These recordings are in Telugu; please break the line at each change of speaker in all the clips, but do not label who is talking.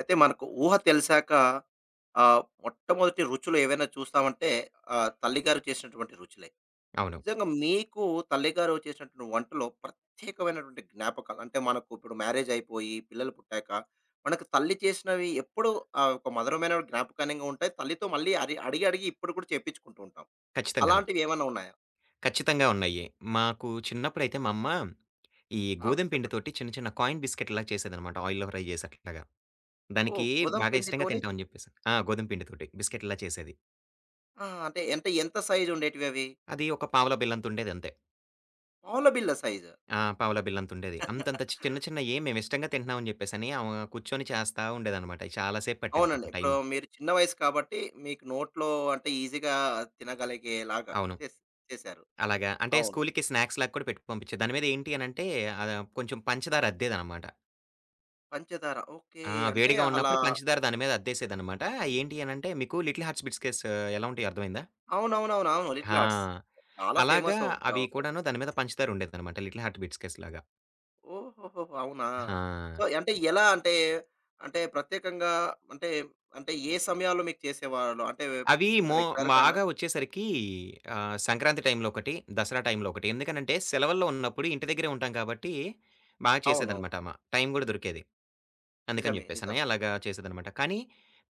అయితే మనకు ఊహ తెలిసాక మొట్టమొదటి రుచులు ఏవైనా చూస్తామంటే తల్లిగారు చేసినటువంటి రుచులే.
అవును.
నిజంగా మీకు తల్లిగారు చేసినటువంటి వంటలో ప్రత్యేకమైనటువంటి జ్ఞాపకాలు అంటే మనకు ఇప్పుడు మ్యారేజ్ అయిపోయి పిల్లలు పుట్టాక మనకు తల్లి చేసినవి ఎప్పుడూ ఒక మధురమైన జ్ఞాపకంగా ఉంటాయి. తల్లితో మళ్ళీ అడిగి అడిగి ఇప్పుడు కూడా చేపించుకుంటూ ఉంటాం.
ఖచ్చితంగాను.
అలాంటివి ఏమన్నా ఉన్నాయా?
ఖచ్చితంగా ఉన్నాయి. మాకు చిన్నప్పుడైతే మా అమ్మ, ఈ
ఆ!
గోధుమ
చెప్పండి.
పిండితోటి చిన్న చిన్న కాయిన్ బిస్కెట్‌లా చేసేదనమాట. ఆయిల్‌లో ఫ్రై చేసి అట్లాగా.
ఓహ్!
దానికి
గోధుమ
బాగా ఇష్టంగా
పిండితోని
తింటామని జెప్పేసి. ఆ! గోధుమ పిండితోటి బిస్కెట్‌లా చేసేది.
ఆ! అంటే ఎంత ఎంత సైజ్ ఉండేటివి అవి?
అది ఒక పావలా బిళ్ళంతుండేది అంతే.
పావుల బిళ్ళ సైజు.
ఆ! పావలా బిళ్ళంతుండేది. అంతంత చిన్న చిన్నయి మేము ఇష్టంగా తింటున్నామని జెప్పేసని ఆమె కూర్చొని చేస్తా ఉండేదనమాట. చాలా సేపు పట్టేది
అవునండి.
పాపం
ఇప్పుడు
టైము.
మీరు చిన్న వయసు కాబట్టి, మీకు నోట్లో అంటే ఈజీగా తినగలిగేలాగా
అవును.
చేస్ చేశారు.
అలాగా అంటే
అవును.
స్కూలుకి స్నాక్స్‌లాగా కూడా పెట్టి పంపించేది. దాని మీద ఏంటి అనంటే కొంచెం పంచదార అద్దేదనమాట.
పంచదార ఓకే.
ఆ!
అంటే
వేడిగా
అలా.
ఉన్నప్పుడు పంచదార దాని మీద అద్దేసేదనమాట. ఏంటి అనంటే మీకు 'లిటిల్ హార్ట్స్ బిస్కెట్స్' ఎలా ఉంటాయో అర్థమైందా?
అవునవునవును. అవును. 'లిటిల్
ఆ!
హార్ట్స్' చాలా
అలాగా
ఫేమస్ ఒక
అవి
ఒకప్పుడు.
కూడాను దాని మీద పంచదార ఉండేదనమాట 'లిటిల్ హార్ట్ బిస్కెట్స్' లాగా.
ఓహోహోహో! అవునా? సో,
ఆ!
అంటే ఎలా అంటే, అంటే ప్రత్యేకంగా అంటే, అంటే ఏ సమయాల్లో మీకు చేసేవాళ్ళు? అంటే
అవి మో
రెగ్యులర్‌గానా?
బాగా వచ్చేసరికి సంక్రాంతి టైంలో ఒకటి, దసరా టైంలో ఒకటి. ఎందుకనంటే సెలవుల్లో ఉన్నప్పుడు ఇంటి దగ్గరే ఉంటాం కాబట్టి, బాగా
అవునవును.
చేసేదనమాట ఆమ. టైం గూడా దొరికేది. అందుకని
నిజమే.
జెప్పేసని
నిజమే.
అలాగా చేసేదనమాట. కానీ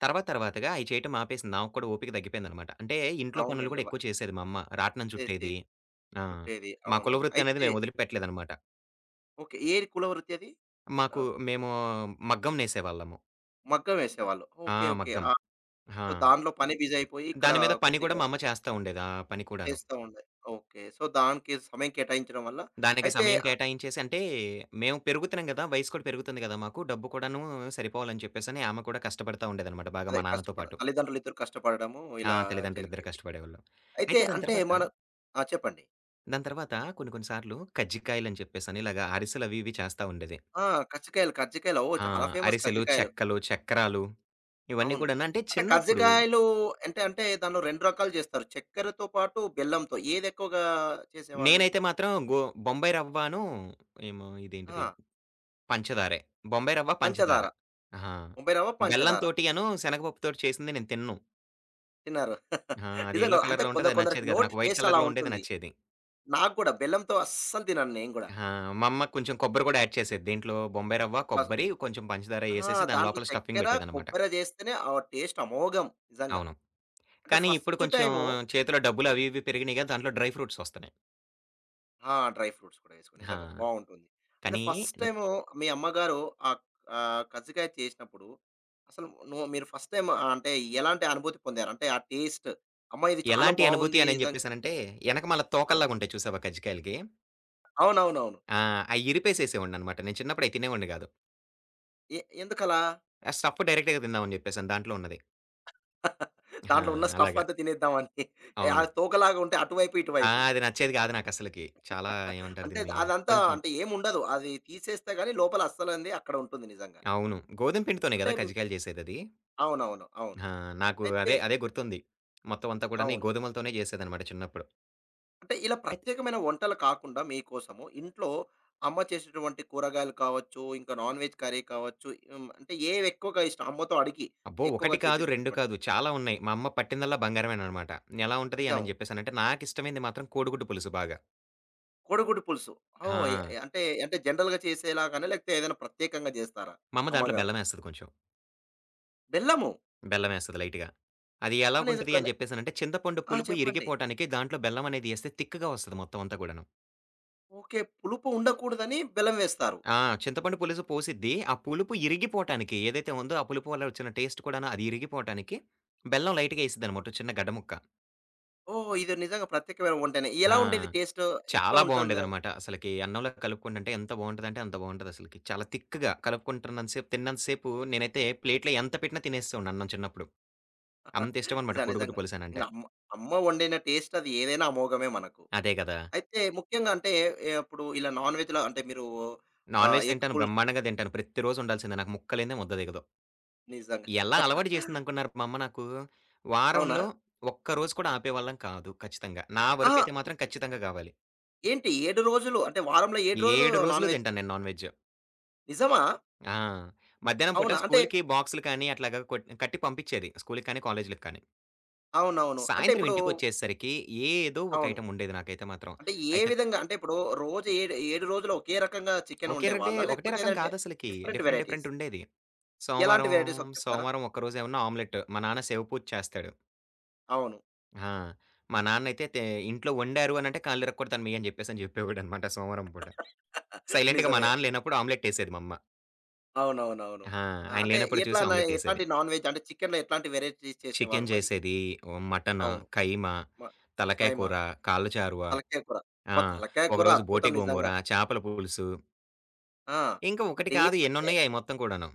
తర్వాత తర్వాతగా అయి చేయటం ఆపేసింది. ఆమెకు కూడా ఓపిక తగ్గిపోయిందనమాట. అంటే ఇంట్లో పనులు
అవునండి.
గూడా ఎక్కువ చేసేది మా అమ్మ. రాట్నం చుట్టేది.
చేసేది.
ఆ!
చుట్టేది.
మా
అవునవును.
కులవృత్తి అనేది
అయితే
మేము వదిలిపెట్టలేదనమాట.
ఓకే. ఏ కుల వృత్తి అది? ఆ!
మాకు మేము మగ్గం నేసేవాళ్ళము.
మగ్గం వేసేవాళ్ళు.
ఆ!
ఓకే. ఓకే.
మగ్గం.
ఆ!
ఆ!
సో, దాంట్లో పని బిజీ అయిపోయి ఇక్కడ
దాని మీద పని గూడా
కొద్దిగా
మా అమ్మ చేస్తా ఉండేది. ఆ పని కూడాను.
చేస్తా ఉండే. ఓకే. సో, దానికి సమయం కేటాయించడం వల్ల
దానికి
అయితే
సమయం కేటాయించేసి అంటే మేము పెరుగుతున్నాం గదా! వయసు కూడా పెరుగుతుంది గదా! మాకు డబ్బు కూడాను సరిపోవాలని చెప్పేసని ఆమె కూడా కష్టపడతా ఉండేదనమాట బాగా
అదే
మా నాన్నతో
కష్టపడ
పాటు.
తల్లిదండ్రులిద్దరూ కష్టపడడము
ఆ!
ఇలా
తల్లిదండ్రులిద్దరు
జరిగేది.
కష్టపడేవాళ్ళు.
అయితే
అయితే దాని
అంటే
తర్వాత
మన ఆ! చెప్పండి.
దాని తర్వాత కొన్ని కొన్ని సార్లు కజ్జికాయలని చెప్పేసని ఇలాగ అరిసెలు అవి ఇవి చేస్తా ఉండేది.
ఆ! కజ్జికాయలు, కజ్జికాయలు. ఓహ్!
ఆ!
చాలా ఫేమస్
అరిసెలు,
కజ్జికాయలు.
చెక్కలు, చక్రాలు ఇవన్నీ
అవును.
కూడాను అంటే
అంటే
చిన్నప్పుడు
కజ్జికాయలు అంటే, అంటే దాంట్లో 2 రకాలు చేస్తారు. చక్కెరతో పాటు బెల్లంతో. ఏదెక్కువగా చేసేవాళ్ళు
నేనైతే
మరి?
మాత్రం బొంబాయి రవ్వను ఏమో ఇదేంటిది
ఆ!
పంచదారే. బొంబాయి రవ్వ, పంచదార.
పంచదార.
ఆహా!
బొంబాయి రవ్వ, పంచదార.
బెల్లంతోటి అను శనగపప్పుతోటి చేసింది నేను తినను.
తిన్నారు.
ఆ! అది
నిజంగా
యెల్లో
అంటే
కలర్‌లో ఉంటది
కొందరు
అది
కొందరికి
నచ్చేది కాదు.
నోటి
నాకు వైట్
టేస్ట్ అలా
కలర్‌లో ఉండేది
ఉంటుంది.
నచ్చేది.
నాకు కూడా బెల్లంతో అస్సలు తినను నేను గూడా.
ఆ! మా అమ్మ కొంచెం కొబ్బరి కూడా యాడ్ చేసేది. దీంట్లో బొంబాయి రవ్వ,
అబ్బా!
కొబ్బరి కొంచెం పంచదార
ఆ!
యేసేసి దాని
దాంట్లో
లోపల స్టఫింగ్
చక్కెర,
పెట్టేదనమాట.
కొబ్బెర జేస్తేనే ఆ టేస్ట్ అమోఘం నిజంగా.
అవును.
అంటే
కానీ ఇప్పుడు
ఫస్ట్
కొంచెం
టైము.
చేతిలో డబ్బులు అవి ఇవి పెరిగినాయి కదా! దాంట్లో డ్రై ఫ్రూట్స్ వస్తున్నాయి.
ఆ! డ్రై ఫ్రూట్స్ కూడా ఏసుకొని నిజంగా
ఆ!
బావుంటుంది. అయితే
కానీ
ఫస్ట్ టైము మీ అమ్మగారు ఆహ్, కజ్జికాయ చేసినప్పుడు అసలు నో మీరు ఫస్ట్ టైమ్ అంటే ఎలాంటి అనుభూతి పొందారు? అంటే ఆ టేస్ట్ అమ్మా! ఇది చాలా
ఎలాంటి అనుభూతి
బావుంది
అని నేను
నిజంగా.
చెప్పేసానంటే, ఎనకమాల
అవును.
తోకల్లాగా ఉంటాయి చూసావా కజ్జికాయలకి?
అవునవునవును.
ఆ! అయి ఇరిపేసేసేవాడిననమాట. నేను చిన్నప్పుడు అయి తినేవాడిని గాదు.
ఎందుకలా?
ఆ స్టఫ్ డైరెక్ట్‌గా తిందామని చెప్పేసని దాంట్లో ఉన్నది. ఆ!
దాంట్లో ఉన్న స్టఫ్
అలాగా.
అంతా తినేద్దామని. ఏ, ఆ
అవును.
తోకలాగా ఉంటే అటువైపు,
ఆ!
ఇటువైపు.
అది నచ్చేది కాదు నాకసలకి. చాలా ఏమంటారు
అంటే
దీన్ని?
అదంతా
కొంచెం
అంటే ఏముండదు. అది తీసేస్తే గాని లోపల అస్సలంది అక్కడ ఉంటుంది నిజంగా.
అవును. గోధుమ పిండితోనే
అంటే
గదా! కజ్జికాయలు చేసేదది.
అవునవును. అవును.
ఆ! నాకు
అయితే
అదే అదే గుర్తుంది. మొత్తం అంతా కూడాను ఈ
అవును.
గోధుమలతోనే చేసేదనమాట చిన్నప్పుడు.
అంటే ఇలా ప్రత్యేకమైన వంటలు కాకుండా మీకోసము ఇంట్లో అమ్మ చేసేటువంటి కూరగాయలు కావచ్చు, ఇంకా నాన్ వెజ్ కర్రీ కావచ్చు, అంటే ఏవి ఎక్కువగా ఇష్టం? అమ్మతో అడిగి
అబ్బో!
ఎక్కువగా
1 కాదు, 2
చేపించుకునేటువంటివి.
కాదు చాలా ఉన్నాయి. మా అమ్మ పట్టిందల్లా బంగారమేననమాట. ఎలా ఉంటది
నిజం.
అని చెప్పేసనంటే నాకిష్టమైంది మాత్రం కోడిగుడ్డు పులుసు బాగా.
కోడిగుడ్డు పులుసు. ఓహ్!
ఆ!
అంటే అంటే జనరల్‌గా చేసేలాగానా? లేకపోతే ఏదైనా ప్రత్యేకంగా జేస్తారా
మా అమ్మ దాంట్లో
అమ్మగారు?
బెల్లమేస్తది కొంచెం.
బెల్లము.
బెల్లమేస్తది లైట్‌గా. అది
ఆ! లేదు.
ఎలాగుంటది
కానీ
అని చెప్పేసనంటే చింతపండు
ఆ!
పులుపు
చెప్పండి.
ఇరిగిపోవటానికి దాంట్లో బెల్లం అనేది ఎస్తే తిక్కగా వస్తది మొత్తం అంతా కూడాను.
ఓకే. పులుపు ఉండకూడదని బెల్లం వేస్తారు.
ఆ! చింతపండు పులుసు పోసిద్ది. ఆ పులుపు ఇరిగిపోవటానికి ఏదైతే ఉందో ఆ పులుపు వల్ల వచ్చిన టేస్ట్ కూడాను అది ఇరిగిపోవటానికి బెల్లం లైట్‌గా ఎసిద్దనమాట. ఓ చిన్న గడ్డ ముక్క.
ఓహ్! ఇది నిజంగా ప్రత్యేకమైన వంటనే. ఎలా
ఆ!
ఉండేది టేస్టు? ఎట్లా
చాలా
ఉంటుంది?
బావుండేదనమాట. అసలకి అన్నంలో కలుపుకుంటుంటే ఎంత బావుంటదంటే అంత బావుంటదసలకి. చాలా తిక్‌గా కలుపుకుంటున్నంత సేపు, తిన్నంత సేపు నేనైతే ప్లేట్‌లో ఎంత పెట్టినా తినేసేవాడిని అన్నం చిన్నప్పుడు. అంత ఇష్టమనమాట
నిజం
కోడిగుడ్డు
నిజంగా. ఇంగ
పులుసనంటే.
అమ్మ, అమ్మ వండిన టేస్ట్ అది ఏదైనా అమోఘమే మనకు.
అదే గదా!
అయితే ముఖ్యంగా అంటే ఇప్పుడు ఇలా నాన్ వెజ్‌లో అంటే మీరు
నాన్ వెజ్
ఎగ్
తింటాను,
పుల్స్
బ్రహ్మాండంగా తింటాను. ప్రతిరోజు ఉండాల్సిందే నాకు ముక్క లేనిదే ముద్ద దిగదు.
నిజంగా.
ఎలా అలవాటు చేసిందనుకున్నారు మా అమ్మ నాకు?
అవునా?
వారంలో ఒక్క రోజు కూడా ఆపేవాళ్ళం కాదు ఖచ్చితంగా. నా
అహా!
వరకైతే మాత్రం ఖచ్చితంగా గావాలి.
ఏంటి 7 రోజులు అంటే వారంలో 7 రోజులు
7
నాన్
రోజులు
వెజ్.
తింటాను నేను నాన్ వెజ్.
నిజమా?
ఆ! మధ్యాహ్నం పూట
అవునా? అంటే
స్కూలుకి బాక్సులు కానీ అట్లాగా కొట్ కట్టి పంపిచ్చేది. స్కూలుకి కానీ, కాలేజీలకి కానీ.
అవునవును. అంటే
సాయంత్రం
ఇప్పుడు
ఇంటికొచ్చేసరికి ఏదో ఒక
అవును.
ఐటెమ్ ఉండేది నాకైతే మాత్రం.
అంటే ఏ
అయితే
విధంగా? అంటే ఇప్పుడు ఏడు 7 రోజులు ఒకే రకంగా చికెన్
ఒకే రటే
వండేవాళ్ళా?
ఒకటే
లేకపోతే
రకం
ఏదంటే
కాదసలకి.
Different
different
varieties.
డిఫరెంట్ ఉండేది.
ఎలాంటి
సోమవారం,
వెరైటీస్ ఒకటి చెప్తారా?
సోమవారం ఒక్కరోజేమన్నా ఆమ్లెట్. మా నాన్న సేవ పూత చేస్తాడు.
అవును.
ఆ! మా నాన్నయితే ఇంట్లో వండారు అనంటే కాళ్ళిరక్కొడతాను మీ అని జెప్పేసని జెప్పేవాడనమాట సోమవారం పూట. సైలెంట్‌గా మా
నిజమే.
నాన్న లేనప్పుడు ఆమ్లెటేసేది మా అమ్మ.
అవునవునవును.
ఆ!
ఆ!
ఆయన
అంటే
లేనప్పుడు చూసి ఆమ్లెటేసేది.
ఎట్లాంటి నాన్ వెజ్ అంటే చికెన్‌లో ఎట్లాంటి వెరైటీస్ చేసేవాళ్ళు
చికెను
మరి?
జేసేది, మటను,
అవును.
కైమా,
మ
తలకాయ
ఖైమా,
కూర, కాళ్ళు చారువ,
తలకాయ కూర.
ఆ!
అబ్బా! తలకాయ కూర
ఒకరోజు
అద్భుతం
బోటి గోంగూర,
నిజంగా.
చేపల పులుసు.
ఆ!
ఇంకా ఒకటి
డైలీ
కాదు ఎన్నున్నాయి అయి మొత్తం కూడాను.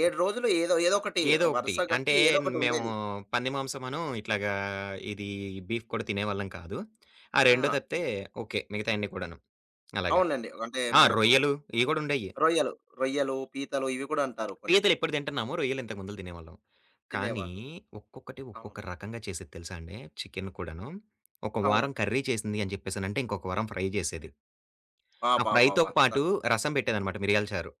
7 రోజులు ఏదో ఏదో ఒకటి
ఏదో ఒకటి.
వరుస
అంటే
కట్టి ఏదో ఒకటి
మేము
ఉండేది.
పంది మాంసమను, ఇట్లాగా ఇది బీఫ్ కూడా తినేవాళ్ళం కాదు. ఆ 2
ఆ!
తప్పితే ఓకే. మిగతాయన్నీ కూడాను. అలాగా.
అవునండి. అంటే
ఆ!
మనకు
రొయ్యలు ఇయి కూడా ఉండేయి.
రొయ్యలు, రొయ్యలు, పీతలు ఇవి కూడా అంటారు కొన్ని
పీతలు ఇప్పుడు తింటున్నాము. రొయ్యలు ఇంతకు ముందుల తినేవాళ్ళం. కానీ
తినేవాళ్ళు.
ఒక్కొక్కటి
అవును.
ఒక్కొక్క రకంగా చేసేది తెలుసా అండి చికెను కూడాను. ఒక
అవును.
వారం కర్రీ చేసింది అని చెప్పేసనంటే ఇంకొక వారం ఫ్రై చేసేది. ఆ ఫ్రైతో
అబ్బబ్బబ్బా! అసలు.
పాటు రసం పెట్టేదనమాట మిరియాల చారు.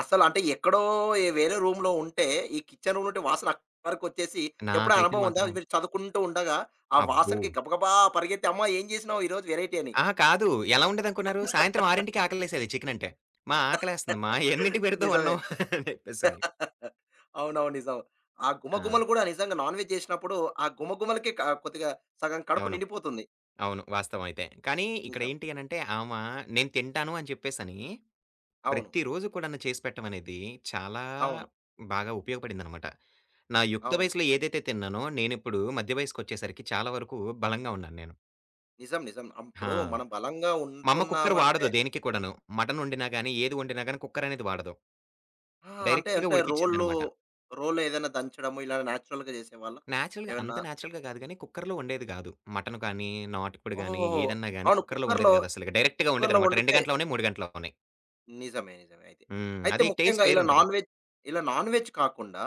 అసలంటే ఎక్కడో ఏ వేరే రూమ్‌లో ఉంటే, ఈ కిచెన్ రూమ్ నుండి వాసన అక్కడి వరకొచ్చేసి ఎప్పుడైనా
నాకైతే
అనుభవం ఉందా?
మాత్రం
మీరు చదువుకుంటూ ఉండగా, ఆ
అబ్బో!
వాసనకి గబగబా పరిగెత్తి, "అమ్మా! ఏం చేసినావు ఈరోజు వెరైటీ" అని.
అహా! కాదు. ఎలా ఉండేదనుకున్నారు? సాయంత్రం 6కి ఆకలేసేది చికెనంటే. మా ఆకలేస్తుంది మా ఎన్నింటికి పెడతావు
నిజమే.
అన్నం అని చెప్పేసని.
అవునవును. నిజం. ఆ
ఆ!
గుమగుమలు కూడా నిజంగా నాన్ వెజ్ చేసినప్పుడు, ఆ గుమగుమలకే కొద్దిగా సగం కడుపు
అవును.
నిండిపోతుంది.
అవును. వాస్తవం అయితే. కానీ ఇక్కడ
నిజం.
ఏంటి అనంటే ఆమా నేను తింటాను అని చెప్పేసని
అవును.
ప్రతిరోజు కూడాను చేసి పెట్టమనేది చాలా
అవును.
బాగా ఉపయోగపడిందనమాట. నా యుక్త
అవును.
వయసులో ఏదైతే తిన్నానో నేనిప్పుడు మధ్య వయసుకొచ్చేసరికి చాలా వరకు బలంగా ఉన్నాను నేను.
నిజం. నిజం.
ఆ!
అప్పుడు మనం బలంగా
మా అమ్మ కుక్కర్
ఉంటున్నామంటే
వాడదు దేనికి కూడాను. మటన్ వండినా గాని, ఏది వండినా గాని కుక్కర్ అనేది వాడదు.
ఆ! అంటే
డైరెక్ట్‌గా
అంటే రోల్లో,
ఉడికిచ్చిద్దనమాట.
రోల్లో ఏదైనా దంచడము ఇలా నేచురల్‌గా చేసేవాళ్ళా?
నేచురల్‌గా అంత
ఏమన్నా
నేచురల్‌గా గాదు గానీ, కుక్కర్‌లో వండేది గాదు. మటన్ కానీ, నాటుకోడి
ఓహ్!
గానీ, ఏదన్నా గానీ
అవును.
కుక్కర్‌లో వండేది గాదు అసలకి. డైరెక్ట్‌గా
కుక్కర్‌లో
వండేదనమాట. 2
వండితే
గంటలోనే, 3 గంటలోనే.
నిజమే. నిజమే అయితే.
హ్మ్.
అయితే
అది
ముఖ్యంగా
టేస్ట్
ఇలా
వేరుంటది.
నాన్ వెజ్ ఇలా నాన్ వెజ్ కాకుండా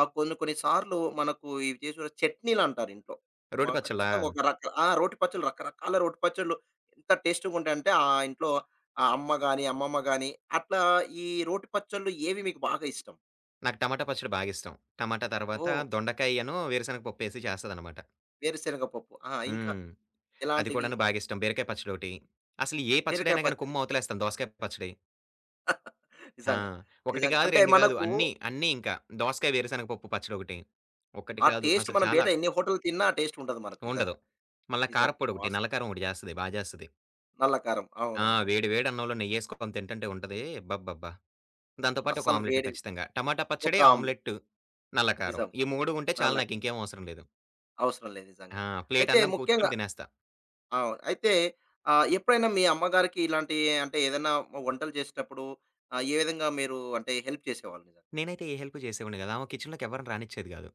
కొన్ని కొన్ని సార్లు మనకు ఇవి చేసిన చట్నీలంటారు ఇంట్లో.
రోటి పచ్చళ్ళా?
ఖచ్చితంగా ఒక ఆ! రోటి పచ్చళ్ళు రకరకాల రోటి పచ్చళ్ళు ఎంత టేస్ట్‌గా ఉంటాయంటే ఆ ఇంట్లో ఆ అమ్మ గాని, అమ్మమ్మ గాని అట్లా ఈ రోటి పచ్చళ్ళు ఏవి మీకు బాగా ఇష్టం?
నాకు టమాటా పచ్చడి బాగిష్టం. టమాటా తర్వాత
ఓహ్!
దొండకాయను, వేరుశనగ పప్పేసి చేస్తదనమాట.
వేరుశనగ పప్పు. ఆ! ఇంకా
హ్మ్. అది
ఎలాంటివి?
కూడాను బాగిష్టం. బీరకాయ పచ్చడోటి. అసలు ఏ
బీరకాయ
పచ్చడైనా గానీ
పచ్చడి.
కుమ్మవతలేస్తాను. దోసకాయ పచ్చడి. ఆ!
నిజంగా.
1
నిజంగా.
గాదు,
అంటే
2 గాదు
మనకు
అన్నీ, అన్నీ ఇంకా. దోసకాయ వేరుశనగ పప్పు పచ్చడొకటి. ఒకటి
ఆ
కాదు.
టేస్ట్
అసలు
మనం బయట
చాలా.
ఎన్ని హోటల్ తిన్నా ఆ టేస్ట్ ఉండదు మనకు
ఉండదు.
నిజంగా.
మళ్ళా
నిజం.
కారప్పొడి ఒకటి, నల్ల
వాస్తవం.
కారం ఒకటి జేస్తది. బా జేస్తది.
నల్ల కారం. అవును.
ఆ!
అవును.
వేడి వేడి అన్నంలో నెయ్యేసుకొని తింటంటే ఉంటది. అబ్బబ్బబ్బా! దాంతో పాటు ఒక
అస్సలు
ఆమ్లెట్
వేడి
ఖచ్చితంగా. టమాటా
ఒక
పచ్చడి,
ఆమ్లెట్.
ఆమ్లెట్, నల్ల కారం.
నిజం.
ఈ 3 ఉంటే
నల్ల
చాలు
కారం.
నాకింకేం అవసరం లేదు.
అవసరం లేదు నిజంగా.
ఆ! ప్లేట్
అయితే
అన్నం
ముఖ్యంగా
కూర్చొని తినేస్తా.
అవును. అయితే ఎప్పుడైనా మీ అమ్మగారికి ఇలాంటి అంటే ఏదైనా వంటలు చేసేటప్పుడు ఏ విధంగా మీరు అంటే హెల్ప్ చేసేవాళ్ళు నిజంగా?
నేనైతే ఏ హెల్ప్ జేసేవాడిని గాదు. ఆమె కిచెన్‌లోకి ఎవ్వరిని రానిచ్చేది గాదు.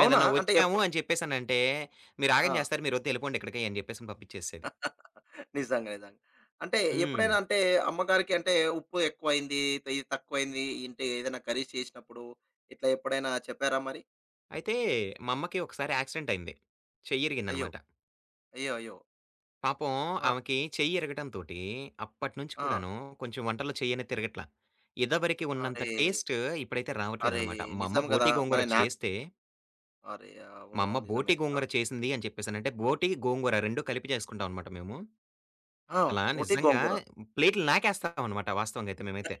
అవునా? అంటే
వచ్చాము
ఎప్పుడు
అని చెప్పేసనంటే, మీరాగం
ఆ!
జేస్తారు. మీరొద్దు ఎళ్ళిపోండి ఇక్కడికి అని జెప్పేసని పంపించేసేది.
నిజంగా. నిజంగా. అంటే
హ్మ్.
ఎప్పుడైనా అంటే అమ్మగారికి అంటే ఉప్పు ఎక్కువైంది, ఇది తక్కువైంది ఇంటే ఏదైనా కర్రీస్ చేసినప్పుడు ఇట్లా ఎప్పుడైనా చెప్పారా మరి?
అయితే మా అమ్మకి ఒకసారి యాక్సిడెంట్ అయింది.
అయ్యో!
చెయ్యిరిగిందనమాట.
అయ్యో! అయ్యో!
పాపం
ఆ!
ఆమెకి చెయ్యి ఇరగటంతోటి అప్పటినుంచి
ఆ!
కూడాను కొంచెం వంటల్లో చెయ్యనే తిరగట్ల. ఇదివరకి ఉన్నంత
అరే!
టేస్ట్ ఇప్పుడైతే
అరే!
రావట్లేదనమాట.
నిజం గదా! మన నాక్ అరే! అవును.
మా అమ్మ
అవును. నిజమే.
బోటి
ఆ!
గోంగూర చేసింది అని చెప్పేసనంటే, బోటి, గోంగూర 2 కలిపి చేసుకుంటాం అనమాట మేము.
ఆ!
అసలా
బోటి
నిజంగా
గోంగూర.
ప్లేటులు నాకేస్తామనమాట వాస్తవంగా అయితే మేమైతే.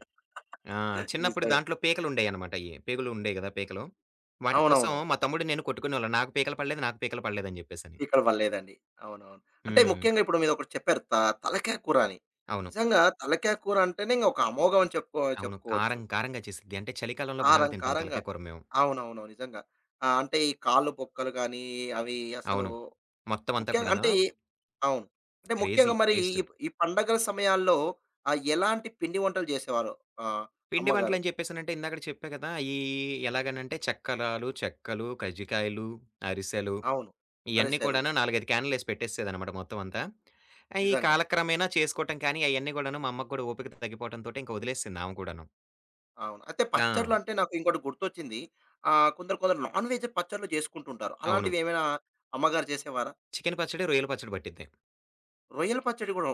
ఆ! చిన్నప్పుడు
నిజమే.
దాంట్లో పేకలుండేయనమాట అయి. పేగులు ఉండేయి గదా! పేకలు. వాటి కోసం
అవునవును.
మా తమ్ముడు, నేను కొట్టుకునేవాళ్ళం. నాకు పీకలు పడలేదు, నాకు పీకలు పడలేదని జెప్పేసని.
ఇక్కడ పడలేదండి. అవునవును. అంటే
హ్మ్.
ముఖ్యంగా ఇప్పుడు మీరొకటి చెప్పారు తలకాయ కూర అని.
అవును.
నిజంగా తలకాయ కూర అంటేనే ఇంక ఒక అమోఘం అని
అవును.
చెప్పుకోవచ్చు.
కారం కారంగా చేసిద్ది. అంటే చలికాలంలో బాగా
కారం
తింటాం
కారంగా.
తలకాయ కూర మేము.
అవునవును. నిజంగా. అంటే ఈ కాళ్ళు బొక్కలు గానీ, అవి అసలు
అవును. మొత్తం అంతా
ముఖ్యంగా
కూడాను
అంటే ఈ అవును. అంటే
క్రేజీ
ముఖ్యంగా మరి
టేస్ట్.
ఈ ఈ పండగల సమయాల్లో ఎలాంటి పిండి వంటలు చేసేవారు ఆహ్,
పిండి
అమ్మగారు?
వంటలని చెప్పేసనంటే ఇందాకడ చెప్పా కదా! అయి ఎలాగనంటే చక్కరాలు, చెక్కలు, కజ్జికాయలు, అరిసెలు
అవును.
ఇయన్నీ
అరిసెలు.
కూడాను 4, 5 క్యాన్‌లేసి పెట్టేసేదనమాట మొత్తం అంతా. అయి
నిజంగా.
కాలక్రమేణా చేసుకోవటం కానీ అయన్నీ కూడాను మా అమ్మకి కూడా ఓపిక తగ్గిపోవటంతోటి ఇంక వదిలేసింది ఆమె కూడాను.
అవును. అయితే
ఆ!
పచ్చడ్లు అంటే నాకు ఇంకోటి గుర్తొచ్చింది. కొందరు కొందరు నాన్ వెజ్ పచ్చడ్లు చేసుకుంటుంటారు.
అవును.
అలాంటివి ఏమైనా అమ్మగారు చేసేవారా?
చికెను పచ్చడి, రొయ్యల పచ్చడి పట్టిద్ది.
రొయ్యల పచ్చడి గూడా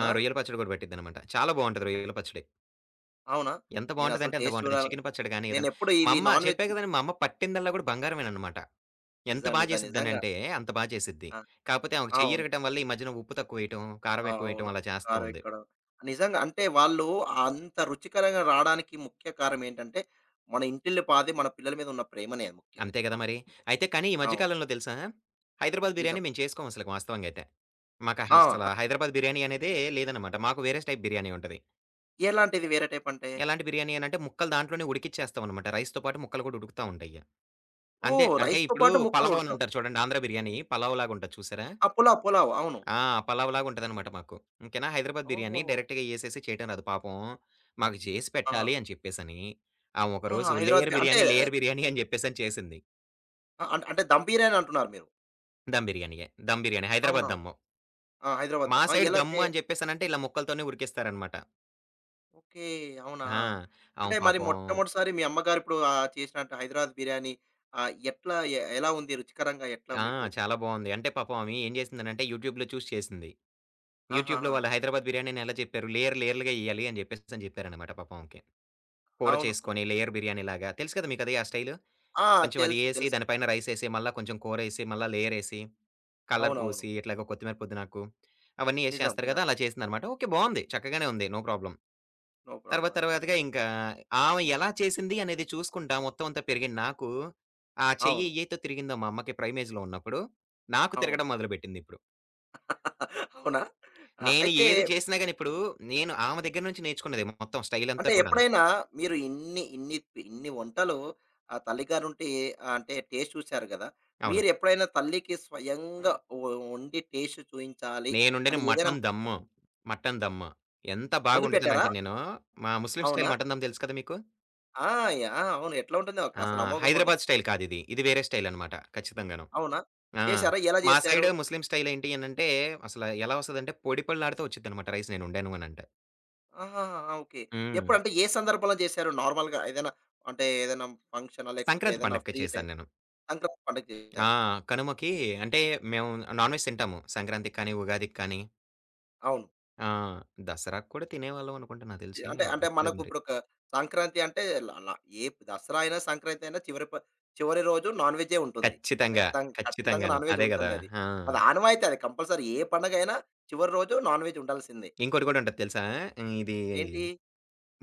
ఆ! రొయ్యల పచ్చడి కూడా పట్టిద్దనమాట. చాలా బావుంటది రొయ్యల పచ్చడి.
అవునా?
ఎంత
నేనసలు
బావుంటదంటే అంత
టేస్ట్
బావుంటది.
చూడాలి.
చికెను పచ్చడి గాని ఏదైనా
నేనెప్పుడు
మా
ఇవి
అమ్మ
నాన్
చెప్పా
వెజ్
కదండీ! మా అమ్మ పట్టిందల్లా గూడా బంగారమేననమాట. ఎంత
నిజం.
బా
నిజం. నిజంగా.
చేసిద్దనంటే అంత బా చేసిద్ది.
ఆ!
కాపోతే ఆమెకు
అవును.
చెయ్యిరగటం వల్ల ఈ మధ్యన ఉప్పు తక్కువేయటం, కారం ఎక్కువేయటం
అవును.
అలా చేస్తా ఉంది.
కారెక్కడం. నిజంగా అంటే వాళ్ళు అంత రుచికరంగా రాడానికి ముఖ్య కారణం ఏంటంటే, మన ఇంటిల్లిపాది మన పిల్లల మీద ఉన్న ప్రేమనే ముఖ్యంగా
అంతే గదా మరి.
చెప్పాలంటే.
అయితే కానీ ఈ మధ్య
అవును.
కాలంలో తెలుసా? హైదరాబాద్ బిర్యానీ
నిజం.
మేము చేసుకోం అసలకి వాస్తవంగయితే. మాకు
ఆ!
అసల హైదరాబాద్ బిర్యానీ అనేదే లేదనమాట. మాకు వేరే టైప్ బిర్యానీ ఉంటది.
ఎలాంటిది వేరే టైప్ అంటే?
ఎలాంటి బిర్యానీ అనంటే ముక్కలు దాంట్లోనే ఉడికిచ్చేస్తామనమాట. రైస్‌తో పాటు ముక్కలు గూడా ఉడుకుతా ఉంటాయి. అంతే
ఓహ్!
అంటే
రైస్‌తో
ఇప్పుడు
పాటు ముక్కలు
పలావ్
ఉడకవు.
అనంటారు చూడండి. ఆంధ్ర బిర్యానీ పలావ్ లాగుంటది చూసారా?
ఆ! పులావ్ అవును.
ఆ! పలావ్‌లాగా ఉంటదనమాట మాకు. ఓకేనా. హైదరాబాద్ బిర్యానీ
ఓహ్!
డైరెక్ట్‌గా ఏసేసి చేయటం రాదు. పాపం మాకు చేసి
ఆ!
పెట్టాలి అని చెప్పేసని, ఆమె
ఆ!
ఒకరోజు లేయర్
అంటే,
బిర్యానీ, లేయర్ బిర్యానీ అని చెప్పేసని చేసింది.
అ అంటే దమ్ బిర్యానీ అంటున్నారు మీరు.
దమ్ బిర్యానీయే. దమ్ బిర్యానీ.
అవునా?
హైదరాబాద్ దమ్ము.
ఆ! హైదరాబాద్
మా
దమ్. ఆ!
సైడ్
ఎలా
దమ్ము
చే
అని చెప్పేసనంటే ఇలా ముక్కలతోనే ఉరికిస్తారనమాట.
ఓకే. అవునా?
ఆ! ఆమె
అంటే మరి
పాపం
మొట్టమొదటిసారి మీ అమ్మగారిప్పుడు చేసినట్టు హైదరాబాద్ బిర్యానీ ఎట్లా ఎ ఎలా ఉంది రుచికరంగా ఎట్లా
ఆ!
మీకు?
చాలా బావుంది. అంటే పాపం ఆమె ఏం చేసిందనంటే యూట్యూబ్‌లో చూసి చేసింది. యూట్యూబ్‌లో
ఆహాహా!
వాళ్ళు హైదరాబాద్ బిర్యానీని ఎలా చెప్పారు? లేయర్ లేయర్‌లుగా ఎయ్యాలి అని చెప్పేసని చెప్పారనమాట పాపం ఆమెకి. కూర
అవునవును.
చేసుకొని లేయర్ బిర్యానీ లాగా. తెలుసు కదా మీకది ఆ స్టైలు.
ఆ!
కొంచెం అది
తెలుసు.
ఏసి
తెలుసు.
దాని పైన రైసేసి, మళ్ళా కొంచెం కూరేసి, మళ్ళా లేయరేసి, కలర్
అవునవును.
పోసి, ఇట్లాగ కొత్తిమీర పుదీనాకు అవన్నీ ఏసి
నిజం.
చేస్తారు
నిజం.
గదా! అలా చేసిందనమాట. ఓకే. బావుంది. చక్కగానే ఉంది. No problem.
No problem.
తర్వాత
అదే. అదే.
తర్వాతగా ఇంకా ఆమె ఎలా చేసింది అనేది చూసుకుంటా మొత్తం అంతా పెరిగిన నాకు, ఆ చెయ్యి
అవును.
ఏయైతే తిరిగిందో మా అమ్మకి ప్రైమ్ ఏజ్‌లో ఉన్నప్పుడు, నాకు
అవును.
తిరగడం మొదలుపెట్టిందిప్పుడు.
అవునా? ఆ!
నేను
అయితే
ఏది చేసినా గాని ఇప్పుడు నేను ఆమె దగ్గర నుంచి నేర్చుకున్నది మొత్తం స్టైలంతా
అంటే
కూడాను.
ఎప్పుడైనా మీరు ఇన్ని ఇన్ని ఇన్ని వంటలు ఆ తల్లిగారుంటే అంటే టేస్ట్ చూసారు గదా!
అవును.
మీరెప్పుడైనా తల్లికి స్వయంగా వండి టేస్ట్ చూయించాలి
నేనుండేది
అని ఏదైనా
మటన్ దమ్ము. మటన్ దమ్ము. ఎంత
వండి పెట్టారా?
బాగుండుతానంటే నేను, మా ముస్లిం
అవునా?
స్టైల్ మటన్ దమ్ తెలుసు కదా మీకు?
ఆ! ఆ! అవును. ఎట్లా ఉంటుంది? ఒక
ఆ!
అసలు అమోఘంగా ఉంటుంది.
హైదరాబాద్ స్టైల్ కాదిది. ఇది ఇది వేరే స్టైల్ అనమాట ఖచ్చితంగాను.
అవునా?
ఆ!
చేశారా? ఎలా
మా
చేశారు?
సైడ్ ముస్లిం స్టైల్ ఏంటి అనంటే, అసల ఎలా వస్తదంటే పొడి పళ్ళాడుతూ వచ్చిద్దనమాట రైస్ నేను వండాను అనంటే.
ఆహాహా! ఓకే.
హ్మ్.
ఎప్పుడంటే ఏ సందర్భంలో చేశారు? నార్మల్‌గా ఏదైనా అంటే ఏదైనా ఫంక్షనా? లేకపోతే
సంక్రాంతి
ఏదైనా
పండగకి
ఫ్రీ
చేశాను
టైమ్
నేను.
సంక్రాంతి పండగ
ఆ!
చేశారు.
కనుమకి అంటే మేము నాన్ వెజ్ తింటాము. సంక్రాంతికి కానీ, ఉగాదికి కానీ.
అవును.
ఆ! దసరాకి కూడా తినేవాళ్ళం అనుకుంటా నాకు తెలిసి.
అంటే
నాకు
అంటే
గుర్తులేదు
మనకు
మరి.
ఇప్పుడు ఒక సంక్రాంతి అంటే ల ల ఏ దసరా అయినా, సంక్రాంతి అయినా చివరి రోజు నాన్ వెజ్జే ఉంటుంది.
ఖచ్చితంగా.
ఖచ్చితంగా
ఖచ్చితంగాను.
నాన్ వెజ్
అదే గదా!
ఉంటుంది అది.
ఆ!
అది ఆనవాయితీ అది కంపల్సరీ ఏ పండగైనా చివరి రోజు నాన్ వెజ్ ఉండాల్సిందే.
ఇంకోటి కూడా ఉంటది తెలుసా? హ్మ్. ఇది
ఏంటి?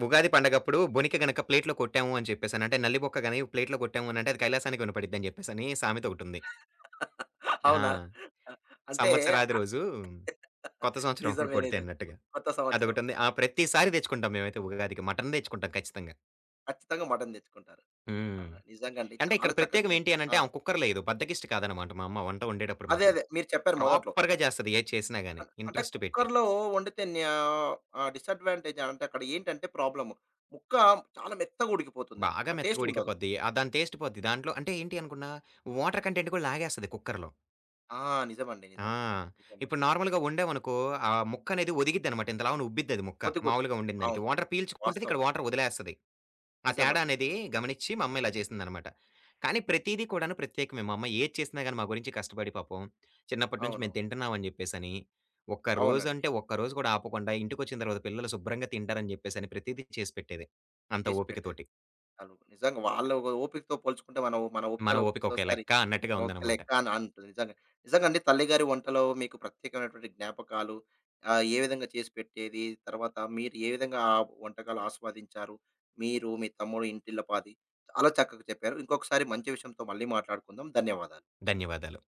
ఉగాది పండగప్పుడు బొనిక గనక ప్లేట్‌లో కొట్టాము అని చెప్పేసని అంటే నల్లిబొక్క గాని ప్లేట్‌లో కొట్టాము అనంటే అది కైలాసానికి వినపడిద్దని చెప్పేసని సామెత ఒకటుంది.
అవునా?
ఆ!
అంటే
సంవత్సరాది రోజు కొత్త సంవత్సరం అప్పుడు
నిజమే.
కొడితే
నిజమే.
అన్నట్టుగా.
కొత్త సంవత్సరం.
అదొకటుంది. ఆ! ప్రతిసారి తెచ్చుకుంటాం మేమైతే ఉగాదికి మటన్ తెచ్చుకుంటాం ఖచ్చితంగా.
ఖచ్చితంగా మటన్ తెచ్చుకుంటారు. ఆ!
హ్మ్.
నిజంగా అండి.
అంటే
చాలా
ఇక్కడ
చక్కగా
ప్రత్యేకం
చెప్
ఏంటి అనంటే
ఆ!
ఆమె కుక్కర్ లేదు. బద్ధకిష్టి కాదనమాట మా అమ్మ వంట వండేటప్పుడు
అదే.
మాత్రం.
అదే. మీరు చెప్పారు మొదట్లో.
ప్రాపర్‌గా చేస్తది ఏది చేసినా గాని
అంటే
ఇంట్రెస్ట్ పెట్టి.
కుక్కర్‌లో వండితే డిసడ్వాంటేజ్ అంటే అక్కడ ఏంటంటే ప్రాబ్లమ్. ముక్క చాలా మెత్తగా ఉడికిపోతుందింక.
బాగా
ఆ
మెత్తగా
టేస్ట్ ఉండదు.
ఉడికిపోద్ది. ఆ! దాని టేస్ట్ పోద్ది. దాంట్లో అంటే ఏంటి అనుకున్నా వాటర్ కంటెంట్ కూడా లాగేస్తది కుక్కర్‌లో.
ఆ! నిజమండి.
ఆ!
నిజం.
ఇప్పుడు
నిజమండి.
నార్మల్‌గా వండామనుకో, ఆ ముక్కనేది ఒదిగిద్దనమాట. ఇంత లావున ఉబ్బిద్దది ముక్క.
కొద్ది కొద్ది.
మామూలుగా వండిన దానికి.
అవును.
వాటర్ పీల్చుకుంటది.
వాస్తవం
ఇక్కడ
అండి.
వాటర్ వదిలేస్తది. ఆ తేడా
నిజమండి. నిజం.
అనేది గమనిచ్చి మా అమ్మ ఇలా చేసిందనమాట. కానీ ప్రతీదీ కూడాను ప్రత్యేకమే. మా అమ్మ ఏది చేసినా గాని మా గురించి కష్టపడి పాపం చిన్నప్పటి నుంచి మేము
అవునవును.
తింటున్నామని జెప్పేసని, ఒక్క
అవునండి.
రోజంటే ఒక్క రోజు కూడా ఆపకుండా ఇంటికొచ్చిన తర్వాత పిల్లలు శుభ్రంగా తింటారని జెప్పేసని ప్రతీదీ చేసి పెట్టేది. అంత
చేసి పెట్టేది.
ఓపికతోటి.
అవును. నిజంగా వాళ్ళ ఓపికతో పోల్చుకుంటే మనం మన
మన
ఓపికలో
ఓపిక ఒక
ఒక్కోసారి
లెక్క అన్నట్టుగా
ఒక
ఉందనమాట.
లెక్క అని అంటుంది నిజంగా. నిజంగా అండి తల్లిగారి వంటలో మీకు ప్రత్యేకమైనటువంటి జ్ఞాపకాలు ఏ విధంగా చేసి పెట్టేది? తర్వాత మీరు ఏ విధంగా ఆ వంటకాలు ఆస్వాదించారు? మీరు, మీ తమ్ముడు ఇంటిల్లపాది చాలా చక్కగా చెప్పారు. ఇంకొకసారి మంచి విషయంతో మళ్ళీ మాట్లాడుకుందాం. ధన్యవాదాలు.
ధన్యవాదాలు.